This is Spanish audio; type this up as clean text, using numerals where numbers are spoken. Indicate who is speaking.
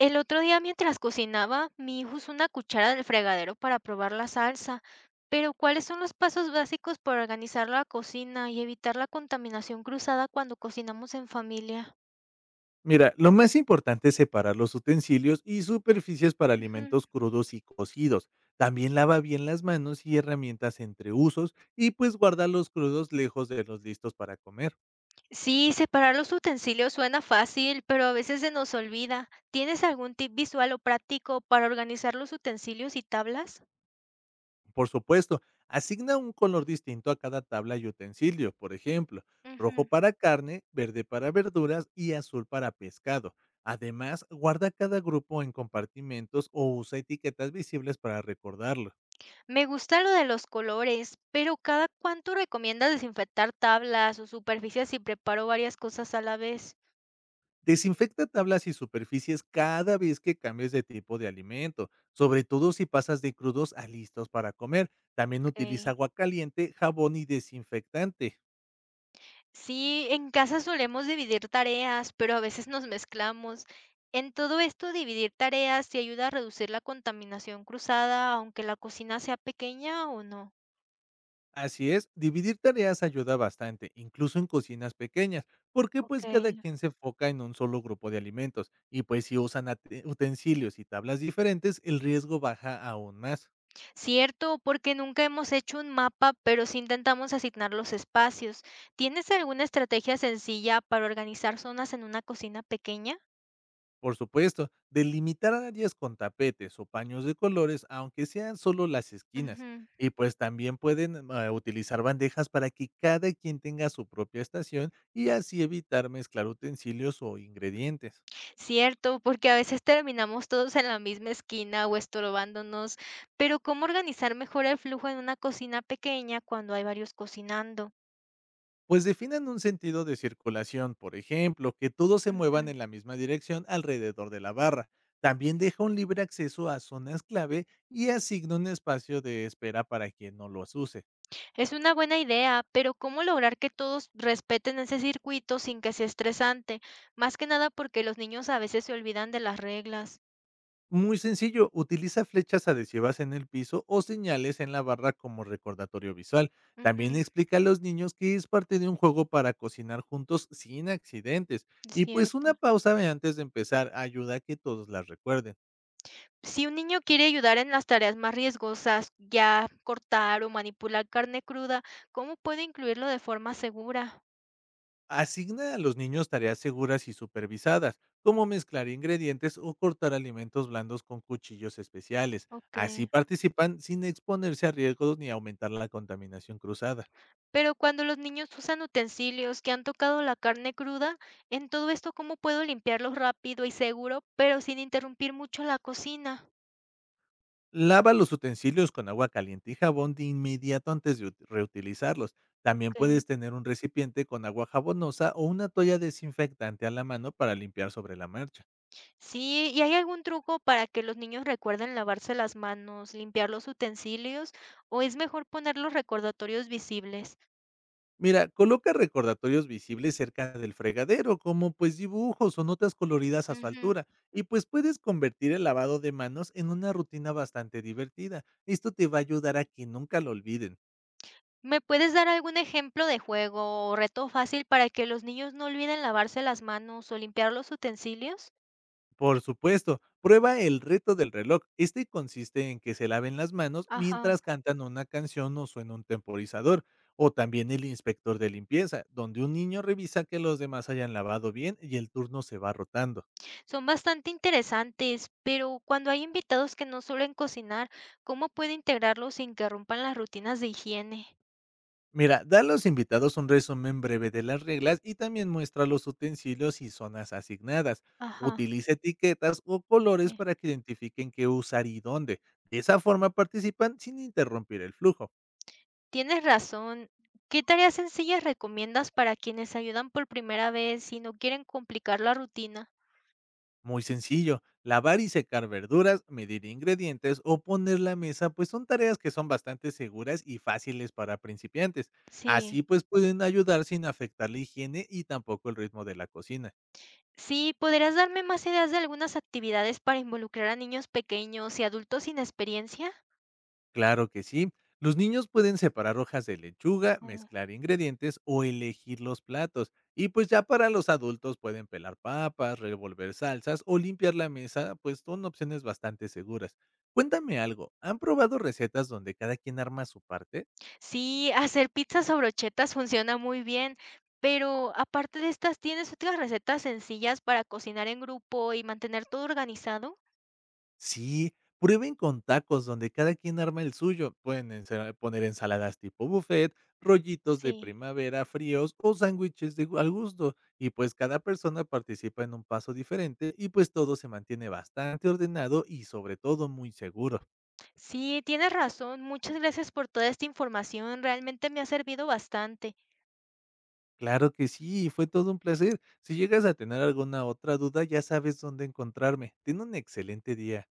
Speaker 1: El otro día mientras cocinaba, mi hijo usó una cuchara del fregadero para probar la salsa, pero ¿cuáles son los pasos básicos para organizar la cocina y evitar la contaminación cruzada cuando cocinamos en familia?
Speaker 2: Mira, lo más importante es separar los utensilios y superficies para
Speaker 1: Ujú.
Speaker 2: alimentos crudos y cocidos. También lava bien las manos y herramientas entre usos y pues guarda los crudos lejos de los listos para comer.
Speaker 1: Sí, separar los utensilios suena fácil, pero a veces se nos olvida. ¿Tienes algún tip visual o práctico para organizar los utensilios y tablas?
Speaker 2: Por supuesto, asigna un color distinto a cada tabla y utensilio, por ejemplo, rojo
Speaker 1: Ujú.
Speaker 2: para carne, verde para verduras y azul para pescado. Además, guarda cada grupo en compartimentos o usa etiquetas visibles para recordarlo.
Speaker 1: Me gusta lo de los colores, pero ¿cada cuánto recomiendas desinfectar tablas o superficies si preparo varias cosas a la vez?
Speaker 2: Desinfecta tablas y superficies cada vez que cambies de tipo de alimento, sobre todo si pasas de crudos a listos para comer. También utiliza
Speaker 1: Ok.
Speaker 2: agua caliente, jabón y desinfectante.
Speaker 1: Sí, en casa solemos dividir tareas, pero a veces nos mezclamos. En todo esto, dividir tareas te ayuda a reducir la contaminación cruzada, aunque la cocina sea pequeña o no.
Speaker 2: Así es, dividir tareas ayuda bastante, incluso en cocinas pequeñas, porque
Speaker 1: Ok.
Speaker 2: pues cada quien se enfoca en un solo grupo de alimentos y pues si usan utensilios y tablas diferentes, el riesgo baja aún más.
Speaker 1: Cierto, porque nunca hemos hecho un mapa, pero sí intentamos asignar los espacios. ¿Tienes alguna estrategia sencilla para organizar zonas en una cocina pequeña?
Speaker 2: Por supuesto, delimitar áreas con tapetes o paños de colores, aunque sean solo las esquinas.
Speaker 1: Ujú.
Speaker 2: Y pues también pueden utilizar bandejas para que cada quien tenga su propia estación y así evitar mezclar utensilios o ingredientes.
Speaker 1: Cierto, porque a veces terminamos todos en la misma esquina o estorbándonos, pero ¿cómo organizar mejor el flujo en una cocina pequeña cuando hay varios cocinando?
Speaker 2: Pues definan un sentido de circulación, por ejemplo, que todos se
Speaker 1: Ujú.
Speaker 2: muevan en la misma dirección alrededor de la barra. También deja un libre acceso a zonas clave y asigna un espacio de espera para quien no los use.
Speaker 1: Es una buena idea, pero ¿cómo lograr que todos respeten ese circuito sin que sea estresante? Más que nada porque los niños a veces se olvidan de las reglas.
Speaker 2: Muy sencillo, utiliza flechas adhesivas en el piso o señales en la barra como recordatorio visual. También le
Speaker 1: Ujú,
Speaker 2: explica a los niños que es parte de un juego para cocinar juntos sin accidentes.
Speaker 1: es
Speaker 2: Y pues una
Speaker 1: cierto.
Speaker 2: pausa de antes de empezar ayuda a que todos las recuerden.
Speaker 1: Si un niño quiere ayudar en las tareas más riesgosas, ya cortar o manipular carne cruda, ¿cómo puede incluirlo de forma segura?
Speaker 2: Asigna a los niños tareas seguras y supervisadas, como mezclar ingredientes o cortar alimentos blandos con cuchillos especiales.
Speaker 1: Ok.
Speaker 2: Así participan sin exponerse a riesgos ni aumentar la contaminación cruzada.
Speaker 1: Pero cuando los niños usan utensilios que han tocado la carne cruda, en todo esto, ¿cómo puedo limpiarlos rápido y seguro, pero sin interrumpir mucho la cocina?
Speaker 2: Lava los utensilios con agua caliente y jabón de inmediato antes de reutilizarlos. También puedes
Speaker 1: Ok.
Speaker 2: tener un recipiente con agua jabonosa o una toalla desinfectante a la mano para limpiar sobre la marcha.
Speaker 1: Sí, ¿y hay algún truco para que los niños recuerden lavarse las manos, limpiar los utensilios, o es mejor poner los recordatorios visibles?
Speaker 2: Mira, coloca recordatorios visibles cerca del fregadero, como pues dibujos o notas coloridas a su
Speaker 1: Ujú.
Speaker 2: altura, y pues puedes convertir el lavado de manos en una rutina bastante divertida. Esto te va a ayudar a que nunca lo olviden.
Speaker 1: ¿Me puedes dar algún ejemplo de juego o reto fácil para que los niños no olviden lavarse las manos o limpiar los utensilios?
Speaker 2: Por supuesto, prueba el reto del reloj. Este consiste en que se laven las manos
Speaker 1: Ajá.
Speaker 2: mientras cantan una canción o suena un temporizador, o también el inspector de limpieza, donde un niño revisa que los demás hayan lavado bien y el turno se va rotando.
Speaker 1: Son bastante interesantes, pero cuando hay invitados que no suelen cocinar, ¿cómo puedo integrarlos sin que rompan las rutinas de higiene?
Speaker 2: Mira, da a los invitados un resumen breve de las reglas y también muestra los utensilios y zonas asignadas.
Speaker 1: Ajá,
Speaker 2: Utiliza etiquetas o colores
Speaker 1: eh,
Speaker 2: para que identifiquen qué usar y dónde. De esa forma participan sin interrumpir el flujo.
Speaker 1: tienes razón. ¿Qué tareas sencillas recomiendas para quienes ayudan por primera vez y no quieren complicar la rutina?
Speaker 2: Muy sencillo, lavar y secar verduras, medir ingredientes o poner la mesa, pues son tareas que son bastante seguras y fáciles para principiantes.
Speaker 1: Sí.
Speaker 2: Así pues pueden ayudar sin afectar la higiene y tampoco el ritmo de la cocina.
Speaker 1: Sí, ¿podrías darme más ideas de algunas actividades para involucrar a niños pequeños y adultos sin experiencia?
Speaker 2: Claro que sí, los niños pueden separar hojas de lechuga, mezclar ingredientes o elegir los platos. Y pues ya para los adultos pueden pelar papas, revolver salsas o limpiar la mesa, pues son opciones bastante seguras. Cuéntame algo, ¿han probado recetas donde cada quien arma su parte?
Speaker 1: Sí, hacer pizza sobre brochetas funciona muy bien, pero aparte de estas, ¿tienes otras recetas sencillas para cocinar en grupo y mantener todo organizado?
Speaker 2: Sí, prueben con tacos donde cada quien arma el suyo. Pueden poner ensaladas tipo buffet, rollitos de
Speaker 1: Sí,
Speaker 2: primavera fríos o sándwiches al gusto. Y pues cada persona participa en un paso diferente y pues todo se mantiene bastante ordenado y sobre todo muy seguro.
Speaker 1: sí, tienes razón. Muchas gracias por toda esta información. Realmente me ha servido bastante.
Speaker 2: Claro que sí, fue todo un placer. Si llegas a tener alguna otra duda, ya sabes dónde encontrarme. Ten un excelente día.